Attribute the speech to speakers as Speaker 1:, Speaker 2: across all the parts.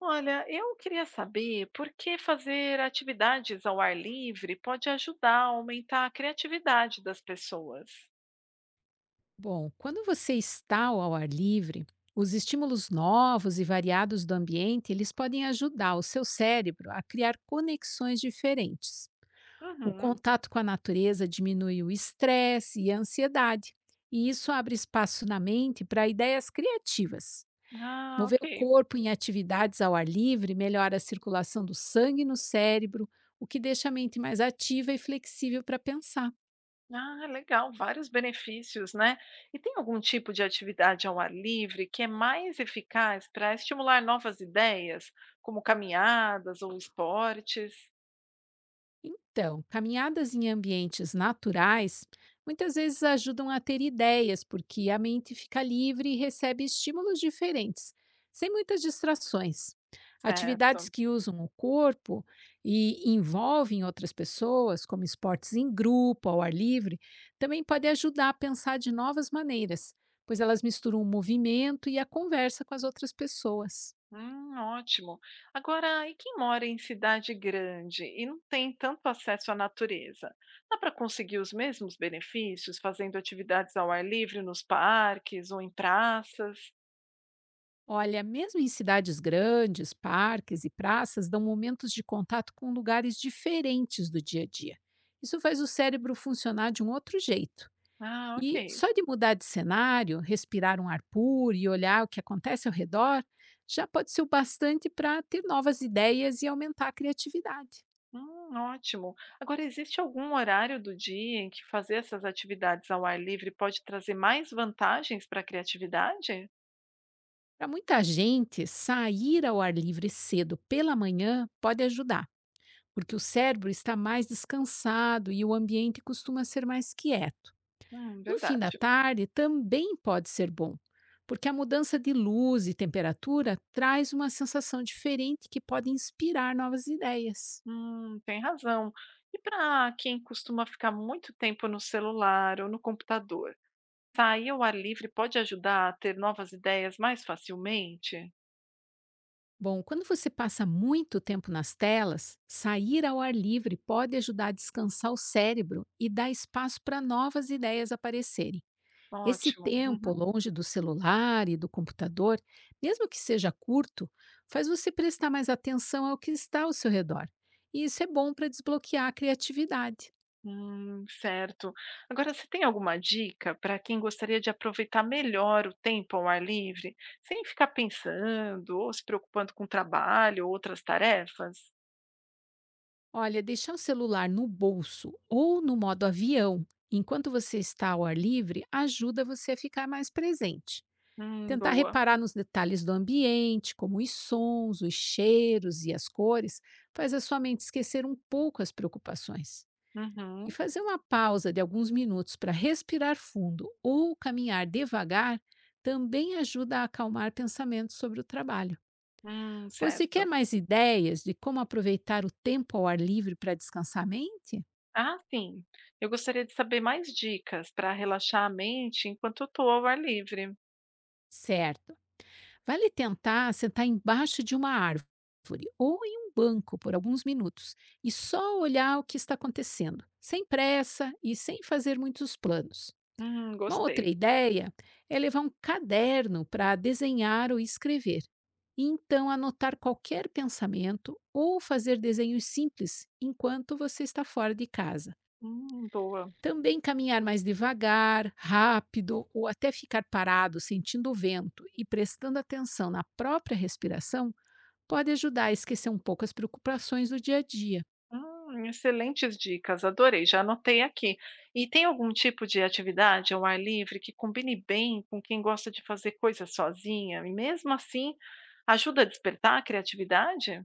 Speaker 1: Olha, eu queria saber por que fazer atividades ao ar livre pode ajudar a aumentar a criatividade das pessoas.
Speaker 2: Bom, quando você está ao ar livre, os estímulos novos e variados do ambiente, eles podem ajudar o seu cérebro a criar conexões diferentes. O
Speaker 1: Uhum.
Speaker 2: contato com a natureza diminui o estresse e a ansiedade, e isso abre espaço na mente para ideias criativas.
Speaker 1: Ah,
Speaker 2: Mover o
Speaker 1: ok.
Speaker 2: corpo em atividades ao ar livre melhora a circulação do sangue no cérebro, o que deixa a mente mais ativa e flexível para pensar.
Speaker 1: Ah, legal, vários benefícios, né? E tem algum tipo de atividade ao ar livre que é mais eficaz para estimular novas ideias, como caminhadas ou esportes?
Speaker 2: Então, caminhadas em ambientes naturais muitas vezes ajudam a ter ideias, porque a mente fica livre e recebe estímulos diferentes, sem muitas distrações. Atividades
Speaker 1: Certo.
Speaker 2: que usam o corpo e envolvem outras pessoas, como esportes em grupo, ao ar livre, também podem ajudar a pensar de novas maneiras, pois elas misturam o movimento e a conversa com as outras pessoas.
Speaker 1: Ótimo. Agora, e quem mora em cidade grande e não tem tanto acesso à natureza? Dá para conseguir os mesmos benefícios fazendo atividades ao ar livre nos parques ou em praças?
Speaker 2: Olha, mesmo em cidades grandes, parques e praças dão momentos de contato com lugares diferentes do dia a dia. Isso faz o cérebro funcionar de um outro jeito.
Speaker 1: Ah,
Speaker 2: E
Speaker 1: ok.
Speaker 2: só de mudar de cenário, respirar um ar puro e olhar o que acontece ao redor, já pode ser o bastante para ter novas ideias e aumentar a criatividade.
Speaker 1: Ótimo. Agora, existe algum horário do dia em que fazer essas atividades ao ar livre pode trazer mais vantagens para a criatividade?
Speaker 2: Para muita gente, sair ao ar livre cedo pela manhã pode ajudar, porque o cérebro está mais descansado e o ambiente costuma ser mais quieto. No fim da
Speaker 1: Verdade.
Speaker 2: tarde também pode ser bom, porque a mudança de luz e temperatura traz uma sensação diferente que pode inspirar novas ideias.
Speaker 1: Tem razão. E para quem costuma ficar muito tempo no celular ou no computador? Sair ao ar livre pode ajudar a ter novas ideias mais facilmente?
Speaker 2: Bom, quando você passa muito tempo nas telas, sair ao ar livre pode ajudar a descansar o cérebro e dar espaço para novas ideias aparecerem. Esse
Speaker 1: Ótimo.
Speaker 2: tempo
Speaker 1: Uhum.
Speaker 2: longe do celular e do computador, mesmo que seja curto, faz você prestar mais atenção ao que está ao seu redor. E isso é bom para desbloquear a criatividade.
Speaker 1: Certo. Agora, você tem alguma dica para quem gostaria de aproveitar melhor o tempo ao ar livre, sem ficar pensando ou se preocupando com trabalho ou outras tarefas?
Speaker 2: Olha, deixar o celular no bolso ou no modo avião enquanto você está ao ar livre ajuda você a ficar mais presente. Tentar
Speaker 1: Boa.
Speaker 2: reparar nos detalhes do ambiente, como os sons, os cheiros e as cores, faz a sua mente esquecer um pouco as preocupações. E
Speaker 1: Uhum.
Speaker 2: fazer uma pausa de alguns minutos para respirar fundo ou caminhar devagar também ajuda a acalmar pensamentos sobre o trabalho. Você quer
Speaker 1: Certo.
Speaker 2: mais ideias de como aproveitar o tempo ao ar livre para descansar a mente?
Speaker 1: Ah, sim. Eu gostaria de saber mais dicas para relaxar a mente enquanto eu estou ao ar livre.
Speaker 2: Certo. Vale tentar sentar embaixo de uma árvore ou em um banco por alguns minutos e só olhar o que está acontecendo, sem pressa e sem fazer muitos planos. Uma outra
Speaker 1: Gostei.
Speaker 2: ideia é levar um caderno para desenhar ou escrever, e então anotar qualquer pensamento ou fazer desenhos simples enquanto você está fora de casa.
Speaker 1: Boa.
Speaker 2: Também caminhar mais devagar, rápido ou até ficar parado sentindo o vento e prestando atenção na própria respiração pode ajudar a esquecer um pouco as preocupações do dia a dia.
Speaker 1: Excelentes dicas, adorei, já anotei aqui. E tem algum tipo de atividade ao ar livre que combine bem com quem gosta de fazer coisas sozinha e mesmo assim ajuda a despertar a criatividade?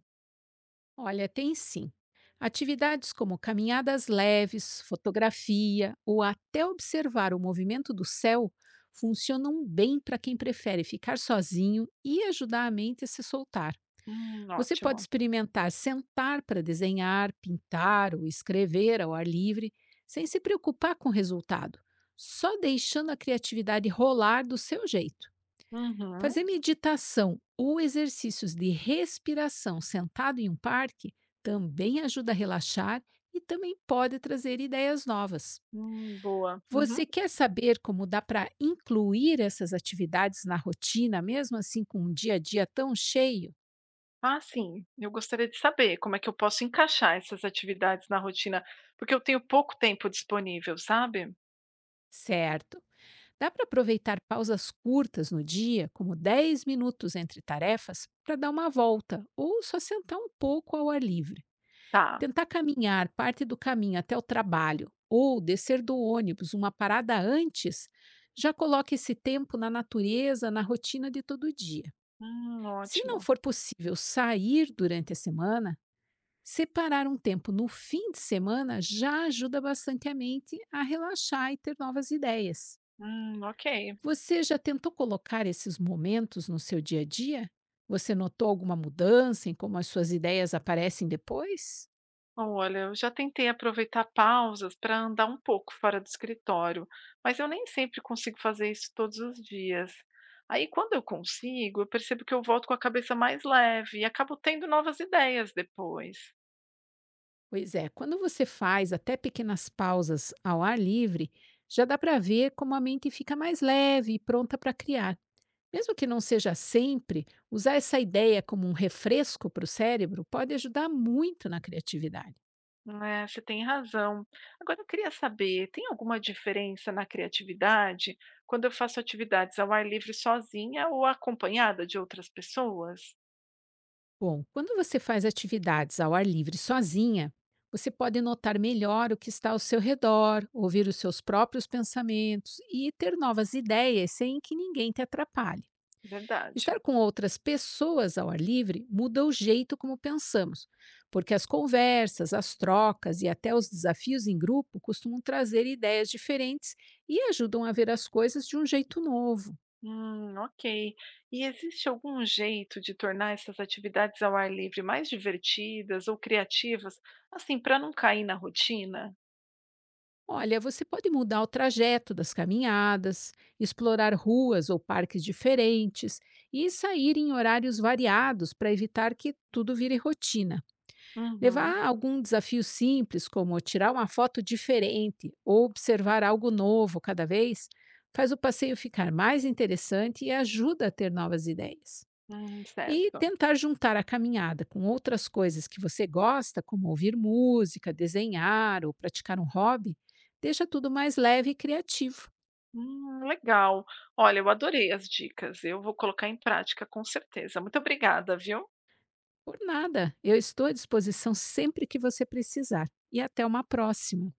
Speaker 2: Olha, tem sim. Atividades como caminhadas leves, fotografia ou até observar o movimento do céu funcionam bem para quem prefere ficar sozinho e ajudar a mente a se soltar. Você pode
Speaker 1: Ótimo.
Speaker 2: experimentar sentar para desenhar, pintar ou escrever ao ar livre, sem se preocupar com o resultado, só deixando a criatividade rolar do seu jeito.
Speaker 1: Uhum,
Speaker 2: Fazer meditação ou exercícios de respiração sentado em um parque também ajuda a relaxar e também pode trazer ideias novas.
Speaker 1: boa. Uhum.
Speaker 2: Você quer saber como dá para incluir essas atividades na rotina, mesmo assim com um dia a dia tão cheio?
Speaker 1: Ah, sim, eu gostaria de saber como é que eu posso encaixar essas atividades na rotina, porque eu tenho pouco tempo disponível, sabe?
Speaker 2: Certo! Dá para aproveitar pausas curtas no dia, como 10 minutos entre tarefas, para dar uma volta ou só sentar um pouco ao ar livre.
Speaker 1: Tá.
Speaker 2: Tentar caminhar parte do caminho até o trabalho ou descer do ônibus uma parada antes, já coloca esse tempo na natureza, na rotina de todo dia. Se não
Speaker 1: Ótimo.
Speaker 2: for possível sair durante a semana, separar um tempo no fim de semana já ajuda bastante a mente a relaxar e ter novas ideias.
Speaker 1: Ok.
Speaker 2: Você já tentou colocar esses momentos no seu dia a dia? Você notou alguma mudança em como as suas ideias aparecem depois?
Speaker 1: Olha, eu já tentei aproveitar pausas para andar um pouco fora do escritório, mas eu nem sempre consigo fazer isso todos os dias. Aí, quando eu consigo, eu percebo que eu volto com a cabeça mais leve e acabo tendo novas ideias depois.
Speaker 2: Pois é, quando você faz até pequenas pausas ao ar livre, já dá para ver como a mente fica mais leve e pronta para criar. Mesmo que não seja sempre, usar essa ideia como um refresco para o cérebro pode ajudar muito na criatividade.
Speaker 1: Né, você tem razão. Agora, eu queria saber, tem alguma diferença na criatividade quando eu faço atividades ao ar livre sozinha ou acompanhada de outras pessoas?
Speaker 2: Bom, quando você faz atividades ao ar livre sozinha, você pode notar melhor o que está ao seu redor, ouvir os seus próprios pensamentos e ter novas ideias sem que ninguém te atrapalhe.
Speaker 1: Verdade.
Speaker 2: Estar com outras pessoas ao ar livre muda o jeito como pensamos, porque as conversas, as trocas e até os desafios em grupo costumam trazer ideias diferentes e ajudam a ver as coisas de um jeito novo.
Speaker 1: Ok. E existe algum jeito de tornar essas atividades ao ar livre mais divertidas ou criativas, assim, para não cair na rotina?
Speaker 2: Olha, você pode mudar o trajeto das caminhadas, explorar ruas ou parques diferentes e sair em horários variados para evitar que tudo vire rotina.
Speaker 1: Uhum,
Speaker 2: Levar algum desafio simples, como tirar uma foto diferente ou observar algo novo cada vez, faz o passeio ficar mais interessante e ajuda a ter novas ideias. E
Speaker 1: certo.
Speaker 2: tentar juntar a caminhada com outras coisas que você gosta, como ouvir música, desenhar ou praticar um hobby, deixa tudo mais leve e criativo.
Speaker 1: Legal. Olha, eu adorei as dicas. Eu vou colocar em prática com certeza. Muito obrigada, viu?
Speaker 2: Por nada, eu estou à disposição sempre que você precisar. E até uma próxima!